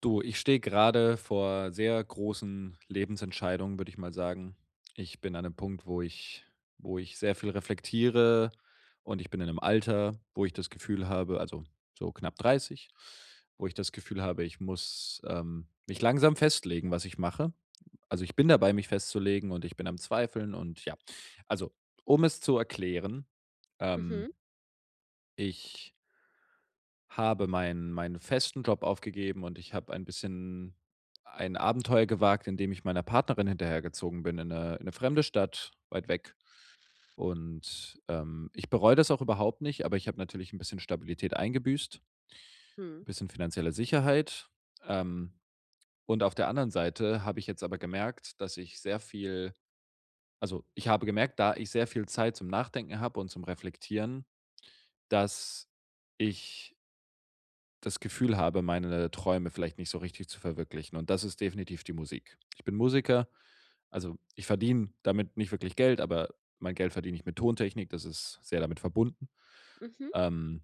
Du, ich stehe gerade vor sehr großen Lebensentscheidungen, würde ich mal sagen. Ich bin an 'nem Punkt, wo ich sehr viel reflektiere und ich bin in einem Alter, wo ich das Gefühl habe also, so knapp 30, wo ich das Gefühl habe, ich muss, mich langsam festlegen, was ich mache. Also, ich bin dabei, mich festzulegen und ich bin am Zweifeln und ja. Also, um es zu erklären, ähm, Mhm, ich habe meinen festen Job aufgegeben und ich habe ein bisschen ein Abenteuer gewagt, indem ich meiner Partnerin hinterhergezogen bin in 'ne fremde Stadt, weit weg. Und, ich bereue das auch überhaupt nicht, aber ich habe natürlich ein bisschen Stabilität eingebüßt, ein mhm, bisschen finanzielle Sicherheit. Ähm, und auf der anderen Seite habe ich jetzt aber gemerkt, dass ich sehr viel also, ich habe gemerkt, da ich sehr viel Zeit zum Nachdenken habe und zum Reflektieren, dass ich das Gefühl habe, meine Träume vielleicht nicht so richtig zu verwirklichen. Und das ist definitiv die Musik. Ich bin Musiker, also ich verdiene damit nicht wirklich Geld, aber mein Geld verdiene ich mit Tontechnik, das ist sehr damit verbunden. mhm. Ähm,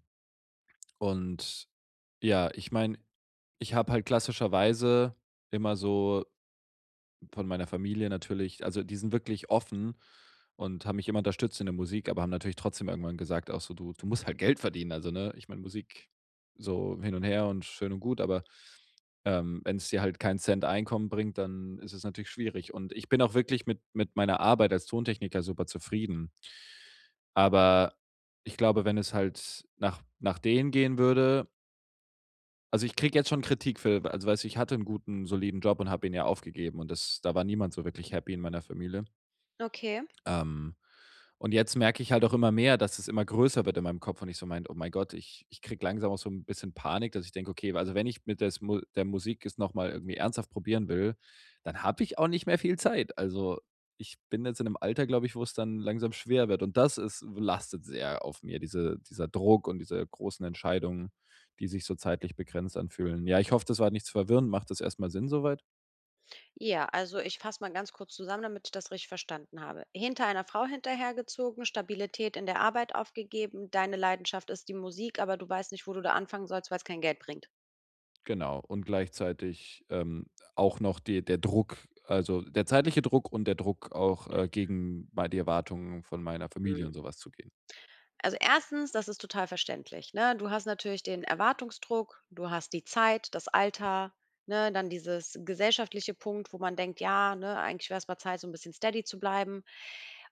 und ja, ich meine, ich habe halt klassischerweise immer so von meiner Familie natürlich, also die sind wirklich offen und haben mich immer unterstützt in der Musik, aber haben natürlich trotzdem irgendwann gesagt, auch so, du musst halt Geld verdienen. Also, ne, ich meine, Musik so hin und her und schön und gut, aber wenn es dir halt keinen Cent Einkommen bringt, dann ist es natürlich schwierig. Und ich bin auch wirklich mit meiner Arbeit als Tontechniker super zufrieden. Aber ich glaube, wenn es halt nach denen gehen würde also, ich kriege jetzt schon Kritik für also, weißt du, ich hatte einen guten, soliden Job und habe ihn ja aufgegeben und das da war niemand so wirklich happy in meiner Familie. Okay. Ähm, und jetzt merke ich halt auch immer mehr, dass es immer größer wird in meinem Kopf und ich so meint: „Oh mein Gott, ich kriege langsam auch so ein bisschen Panik", dass ich denke: „Okay, also wenn ich mit des Mu der Musik es noch mal irgendwie ernsthaft probieren will, dann habe ich auch nicht mehr viel Zeit." Also, ich bin jetzt in 'nem Alter, glaube ich, wo es dann langsam schwer wird und das ist lastet sehr auf mir, dieser Druck und diese großen Entscheidungen, die sich so zeitlich begrenzt anfühlen. Ja, ich hoffe, das war nichts verwirrend. Macht das erst mal Sinn soweit? Ja, also ich fasse mal ganz kurz zusammen, damit ich das richtig verstanden habe. Hinter einer Frau hinterhergezogen, Stabilität in der Arbeit aufgegeben, deine Leidenschaft ist die Musik, aber du weißt nicht, wo du da anfangen sollst, weil es kein Geld bringt. Genau, und gleichzeitig, auch noch die der Druck also, der zeitliche Druck und der Druck auch, gegen bei die Erwartungen von meiner Familie und sowas zu gehen. Also, erstens, das ist total verständlich, ne? Du hast natürlich den Erwartungsdruck, du hast die Zeit, das Alter, ne? Dann dieses gesellschaftliche Punkt, wo man denkt: „Ja, ne, eigentlich wäre es mal Zeit, so ein bisschen steady zu bleiben.“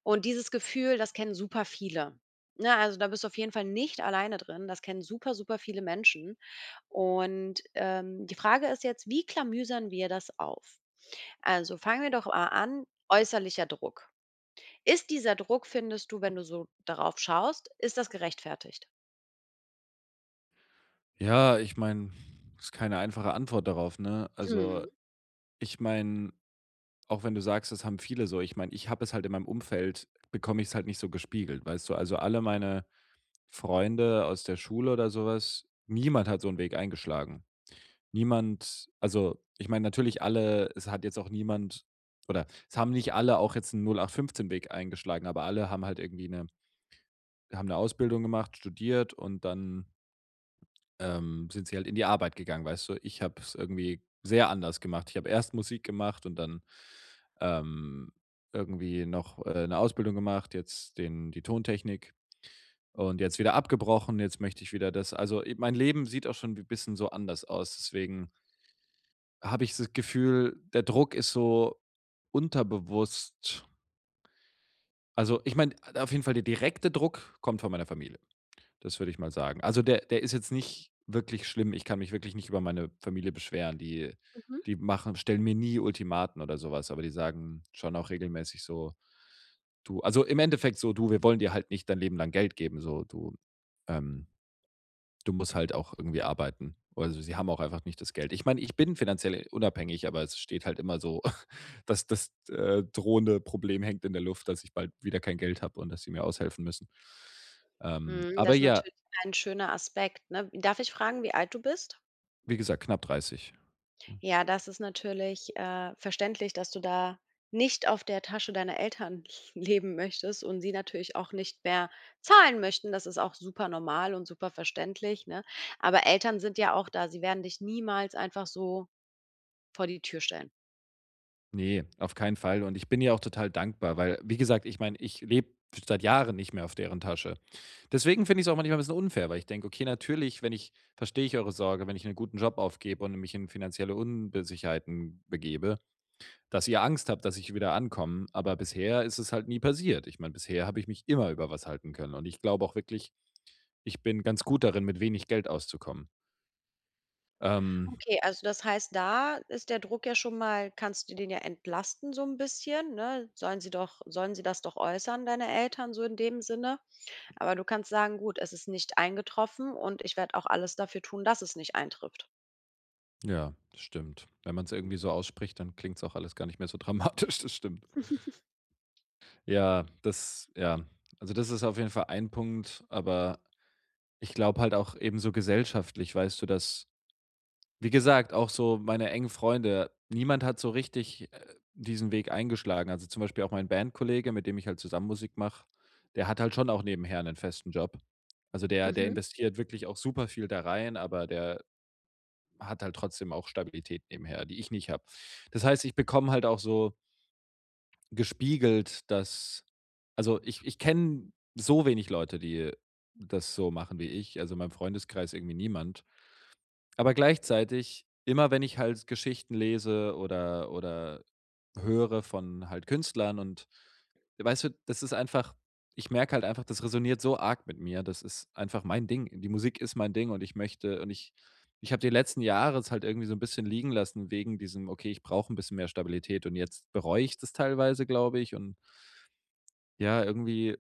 Und dieses Gefühl, das kennen super viele, ne? Also, da bist du auf jeden Fall nicht alleine drin. Das kennen super, super viele Menschen. Und, die Frage ist jetzt: Wie klamüsern wir das auf? Also, fangen wir doch mal an, äußerlicher Druck. Ist dieser Druck, findest du, wenn du so darauf schaust, ist das gerechtfertigt? Ja, ich meine, ist keine einfache Antwort darauf, ne? Also, Mhm, ich meine, auch wenn du sagst, das haben viele so, ich meine, ich habe es halt in meinem Umfeld bekomme ich es halt nicht so gespiegelt, weißt du? Also, alle meine Freunde aus der Schule oder sowas, niemand hat so einen Weg eingeschlagen. Niemand also, ich meine natürlich alle es hat jetzt auch niemand oder es haben nicht alle auch jetzt 'n 08/15 Weg eingeschlagen, aber alle haben halt irgendwie eine haben eine Ausbildung gemacht, studiert und dann, sind sie halt in die Arbeit gegangen, weißt du? Ich habe es irgendwie sehr anders gemacht. Ich habe erst Musik gemacht und dann, ähm, irgendwie noch, 'ne Ausbildung gemacht, jetzt den die Tontechnik und jetzt wieder abgebrochen, jetzt möchte ich wieder das also, i mein Leben sieht auch schon 'n bisschen so anders aus, deswegen habe ich das Gefühl, der Druck ist so unterbewusst. Also, ich meine, auf jeden Fall der direkte Druck kommt von meiner Familie. Das würde ich mal sagen. Also, der ist jetzt nicht wirklich schlimm. Ich kann mich wirklich nicht über meine Familie beschweren. Die mhm. die machen stellen mir nie Ultimaten oder sowas aber die sagen schon auch regelmäßig so: „Du" also, im Endeffekt so: „Du, wir wollen dir halt nicht dein Leben lang Geld geben, so, ähm, Du musst halt auch irgendwie arbeiten. Also, sie haben auch einfach nicht das Geld. Ich meine, ich bin finanziell unabhängig, aber es steht halt immer so, dass das, drohende Problem hängt in der Luft, dass ich bald wieder kein Geld habe und dass sie mir aushelfen müssen. Mhm, Aber das ist ja, natürlich ein schöner Aspekt, ne? Darf ich fragen, wie alt du bist? wie gesagt, knapp 30. Mhm. Ja, das ist natürlich, verständlich, dass du da nicht auf der Tasche deiner Eltern leben möchtest und sie natürlich auch nicht mehr zahlen möchten. Das ist auch super normal und super verständlich, ne? Aber Eltern sind ja auch da. Sie werden dich niemals einfach so vor die Tür stellen. Nee, auf keinen Fall und ich bin ihr auch total dankbar, weil, wie gesagt, ich meine, ich lebe seit Jahren nicht mehr auf deren Tasche. Deswegen finde ich es auch manchmal ein bisschen unfair, weil ich denke: „Okay, natürlich, wenn ich verstehe ich eure Sorge, wenn ich einen guten Job aufgebe und mich in finanzielle Unsicherheiten begebe, dass ihr Angst habt, dass ich wieder ankomme." Aber bisher ist es halt nie passiert. Ich meine, bisher habe ich mich immer über was halten können und ich glaube auch wirklich, ich bin ganz gut darin, mit wenig Geld auszukommen. Ähm, Okay, also das heißt, da ist der Druck ja schon mal, kannst du den ja entlasten so ein bisschen, ne? Sollen sie das doch äußern, deine Eltern, so in dem Sinne. Aber du kannst sagen: „Gut, es ist nicht eingetroffen und ich werde auch alles dafür tun, dass es nicht eintrifft.“ ja, das stimmt. Wenn man es irgendwie so ausspricht, dann klingt es auch alles gar nicht mehr so dramatisch, das stimmt. Ja, das ja. Also, das ist auf jeden Fall ein Punkt, aber ich glaube halt auch eben so gesellschaftlich, weißt du, dass wie gesagt, auch so meine engen Freunde, niemand hat so richtig, diesen Weg eingeschlagen. Also, zum Beispiel auch mein Bandkollege, mit dem ich halt zusammen Musik mache, der hat halt schon auch nebenher einen festen Job. Also, der Mhm. investiert wirklich auch super viel da rein, aber der hat halt trotzdem auch Stabilität nebenher, die ich nicht habe. Das heißt, ich bekomme halt auch so gespiegelt, dass also, ich kenne so wenig Leute, die das so machen wie ich. Also, in meinem Freundeskreis irgendwie niemand. Aber gleichzeitig, immer wenn ich halt Geschichten lese oder höre von halt Künstlern und weißt du, das ist einfach ich merke halt einfach, das resoniert so arg mit mir. Das ist einfach mein Ding. Die Musik ist mein Ding und ich möchte und ich habe die letzten Jahre es halt irgendwie so ein bisschen liegen lassen wegen diesem: „Okay, ich brauche ein bisschen mehr Stabilität" und jetzt bereue ich das teilweise, glaube ich und ja, irgendwie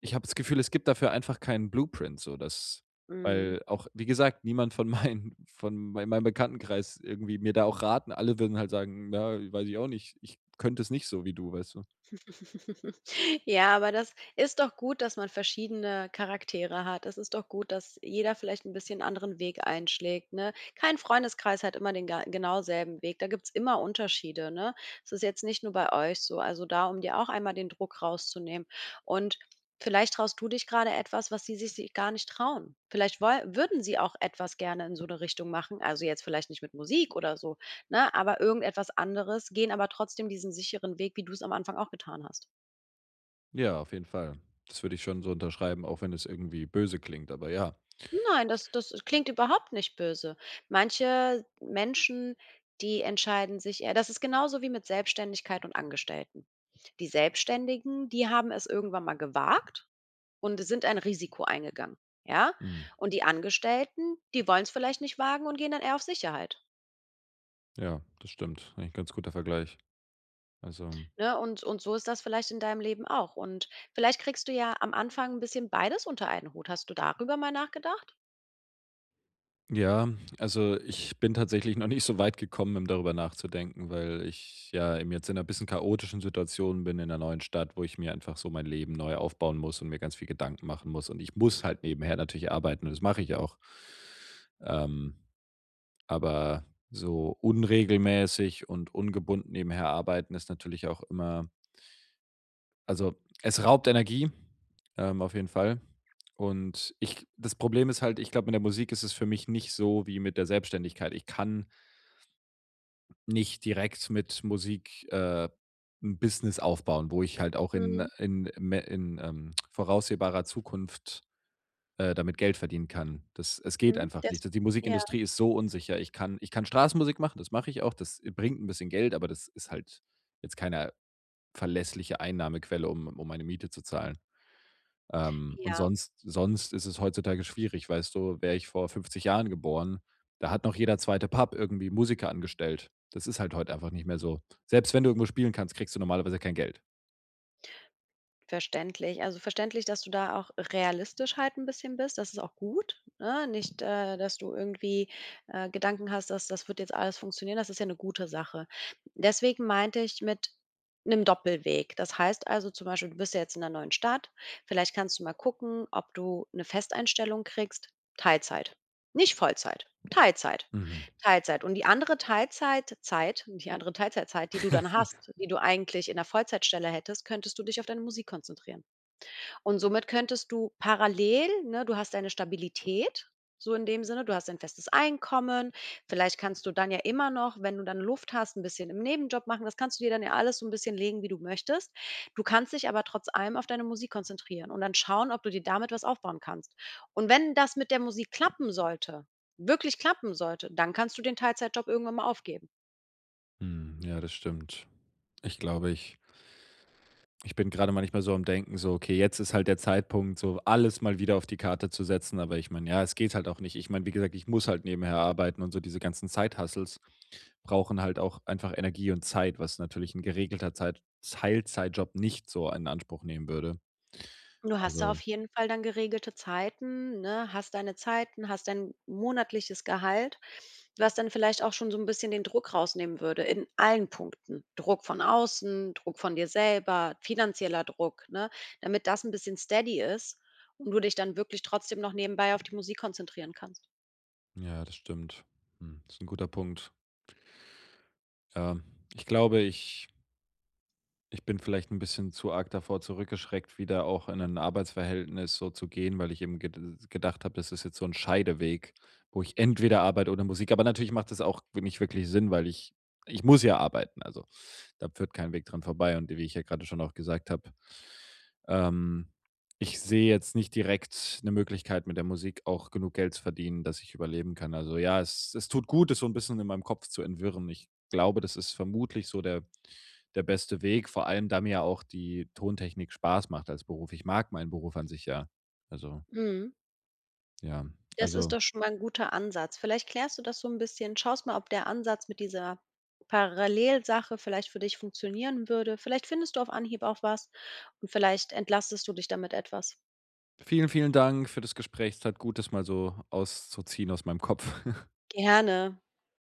ich habe das Gefühl, es gibt dafür einfach keinen Blueprint so, dass Mhm. weil auch, wie gesagt, niemand von meinen von mei meinem Bekanntenkreis irgendwie mir da auch raten. Alle würden halt sagen: „Ja, weiß ich auch nicht. Ich könnte es nicht so wie du", weißt du? Ja, aber das ist doch gut, dass man verschiedene Charaktere hat. Es ist doch gut, dass jeder vielleicht 'n bisschen anderen Weg einschlägt, ne? Kein Freundeskreis hat immer den ga genau selben Weg. Da gibt's immer Unterschiede, ne? Es ist jetzt nicht nur bei euch so, also da, um dir auch einmal den Druck rauszunehmen. Und vielleicht traust du dich gerade etwas, was sie sich si gar nicht trauen. Vielleicht woll würden sie auch etwas gerne in so eine Richtung machen, also jetzt vielleicht nicht mit Musik oder so. Ne, aber irgendetwas anderes, gehen aber trotzdem diesen sicheren Weg, wie du es am Anfang auch getan hast. Ja, auf jeden Fall. Das würde ich schon so unterschreiben, auch wenn es irgendwie böse klingt, aber ja. Nein, das klingt überhaupt nicht böse. Manche Menschen, die entscheiden sich eher, das ist genauso wie mit Selbstständigkeit und Angestellten. Die Selbstständigen, die haben es irgendwann mal gewagt und sind ein Risiko eingegangen, ja? Mhm. Und die Angestellten, die wollen es vielleicht nicht wagen und gehen dann eher auf Sicherheit. Ja, das stimmt. Eigentlich 'n ganz guter Vergleich. Also, Ne, und so ist das vielleicht in deinem Leben auch. Und vielleicht kriegst du ja am Anfang ein bisschen beides unter einen Hut. Hast du darüber mal nachgedacht? ja, also ich bin tatsächlich noch nicht so weit gekommen, um darüber nachzudenken, weil ich ja eben jetzt in einer bisschen chaotischen Situation bin in einer neuen Stadt, wo ich mir einfach so mein Leben neu aufbauen muss und mir ganz viel Gedanken machen muss. Und ich muss halt nebenher natürlich arbeiten und das mache ich auch. Ähm, aber so unregelmäßig und ungebunden nebenher arbeiten ist natürlich auch immer also, es raubt Energie, auf jeden Fall. Und ich das Problem ist halt, ich glaube, mit der Musik ist es für mich nicht so wie mit der Selbstständigkeit. Ich kann nicht direkt mit Musik, 'n Business aufbauen, wo ich halt auch in Mhm. in me in, voraussehbarer Zukunft, damit Geld verdienen kann. Das Es geht Mhm, einfach das nicht. Die ja, Musikindustrie ist so unsicher. Ich kann Straßenmusik machen, das mache ich auch. Das bringt ein bisschen Geld, aber das ist halt jetzt keine verlässliche Einnahmequelle, um meine Miete zu zahlen. Und ja. sonst ist es heutzutage schwierig, weißt du? Wäre ich vor 50 Jahren geboren, da hat noch jeder zweite Pub irgendwie Musiker angestellt. Das ist halt heute einfach nicht mehr so. Selbst wenn du irgendwo spielen kannst, kriegst du normalerweise kein Geld. Verständlich. Also, verständlich, dass du da auch realistisch halt ein bisschen bist. Das ist auch gut, ne? Nicht, dass du irgendwie, Gedanken hast, dass das wird jetzt alles funktionieren. Das ist ja eine gute Sache. Deswegen meinte ich mit einem Doppelweg. Das heißt also zum Beispiel, du bist ja jetzt in 'ner neuen Stadt. Vielleicht kannst du mal gucken, ob du eine Festeinstellung kriegst, Teilzeit. Nicht Vollzeit, Teilzeit. Mhm, Teilzeit. Und die andere Teilzeitzeit, die du dann hast, die du eigentlich in 'ner Vollzeitstelle hättest, könntest du dich auf deine Musik konzentrieren. Und somit könntest du parallel, ne, du hast deine Stabilität, so in dem Sinne, du hast ein festes Einkommen. Vielleicht kannst du dann ja immer noch, wenn du dann Luft hast, ein bisschen im Nebenjob machen. Das kannst du dir dann ja alles so ein bisschen legen, wie du möchtest. Du kannst dich aber trotz allem auf deine Musik konzentrieren und dann schauen, ob du dir damit was aufbauen kannst. Und wenn das mit der Musik klappen sollte, wirklich klappen sollte, dann kannst du den Teilzeitjob irgendwann mal aufgeben. mhm. Ja, das stimmt. Ich glaube, ich bin grade manchmal so am Denken, so: „Okay, jetzt ist halt der Zeitpunkt, so alles mal wieder auf die Karte zu setzen." Aber ich meine, ja, es geht halt auch nicht. Ich meine, wie gesagt, ich muss halt nebenher arbeiten und so diese ganzen Side-Hustles brauchen halt auch einfach Energie und Zeit, was natürlich ein geregelter Zeit Teilzeitjob nicht so in Anspruch nehmen würde. Du hast da auf Also, jeden Fall dann geregelte Zeiten, ne? Hast deine Zeiten, hast dein monatliches Gehalt, was dann vielleicht auch schon so ein bisschen den Druck rausnehmen würde in allen Punkten. Druck von außen, Druck von dir selber, finanzieller Druck, ne? Damit das ein bisschen steady ist und du dich dann wirklich trotzdem noch nebenbei auf die Musik konzentrieren kannst. ja, das stimmt. Hm. Das ist ein guter Punkt. Ja, ich glaube, ich bin vielleicht ein bisschen zu arg davor zurückgeschreckt, wieder auch in ein Arbeitsverhältnis so zu gehen, weil ich eben gedacht habe, das ist jetzt so ein Scheideweg, wo ich entweder Arbeit oder Musik aber natürlich macht das auch nicht wirklich Sinn, weil ich muss ja arbeiten, also, da führt kein Weg dran vorbei und wie ich ja gerade schon auch gesagt habe, ähm, ich sehe jetzt nicht direkt eine Möglichkeit, mit der Musik auch genug Geld zu verdienen, dass ich überleben kann. Also, ja, es tut gut, es so ein bisschen in meinem Kopf zu entwirren. Ich glaube, das ist vermutlich so der beste Weg, vor allem, da mir ja auch die Tontechnik Spaß macht als Beruf. Ich mag meinen Beruf an sich ja. Also, Mhm. ja. Das ist Also, doch schon mal ein guter Ansatz. Vielleicht klärst du das so ein bisschen. Schaust mal, ob der Ansatz mit dieser Parallelsache vielleicht für dich funktionieren würde. Vielleicht findest du auf Anhieb auch was und vielleicht entlastest du dich damit etwas. vielen, vielen Dank für das Gespräch. Es tat gut, das mal so auszuziehen aus meinem Kopf. Gerne.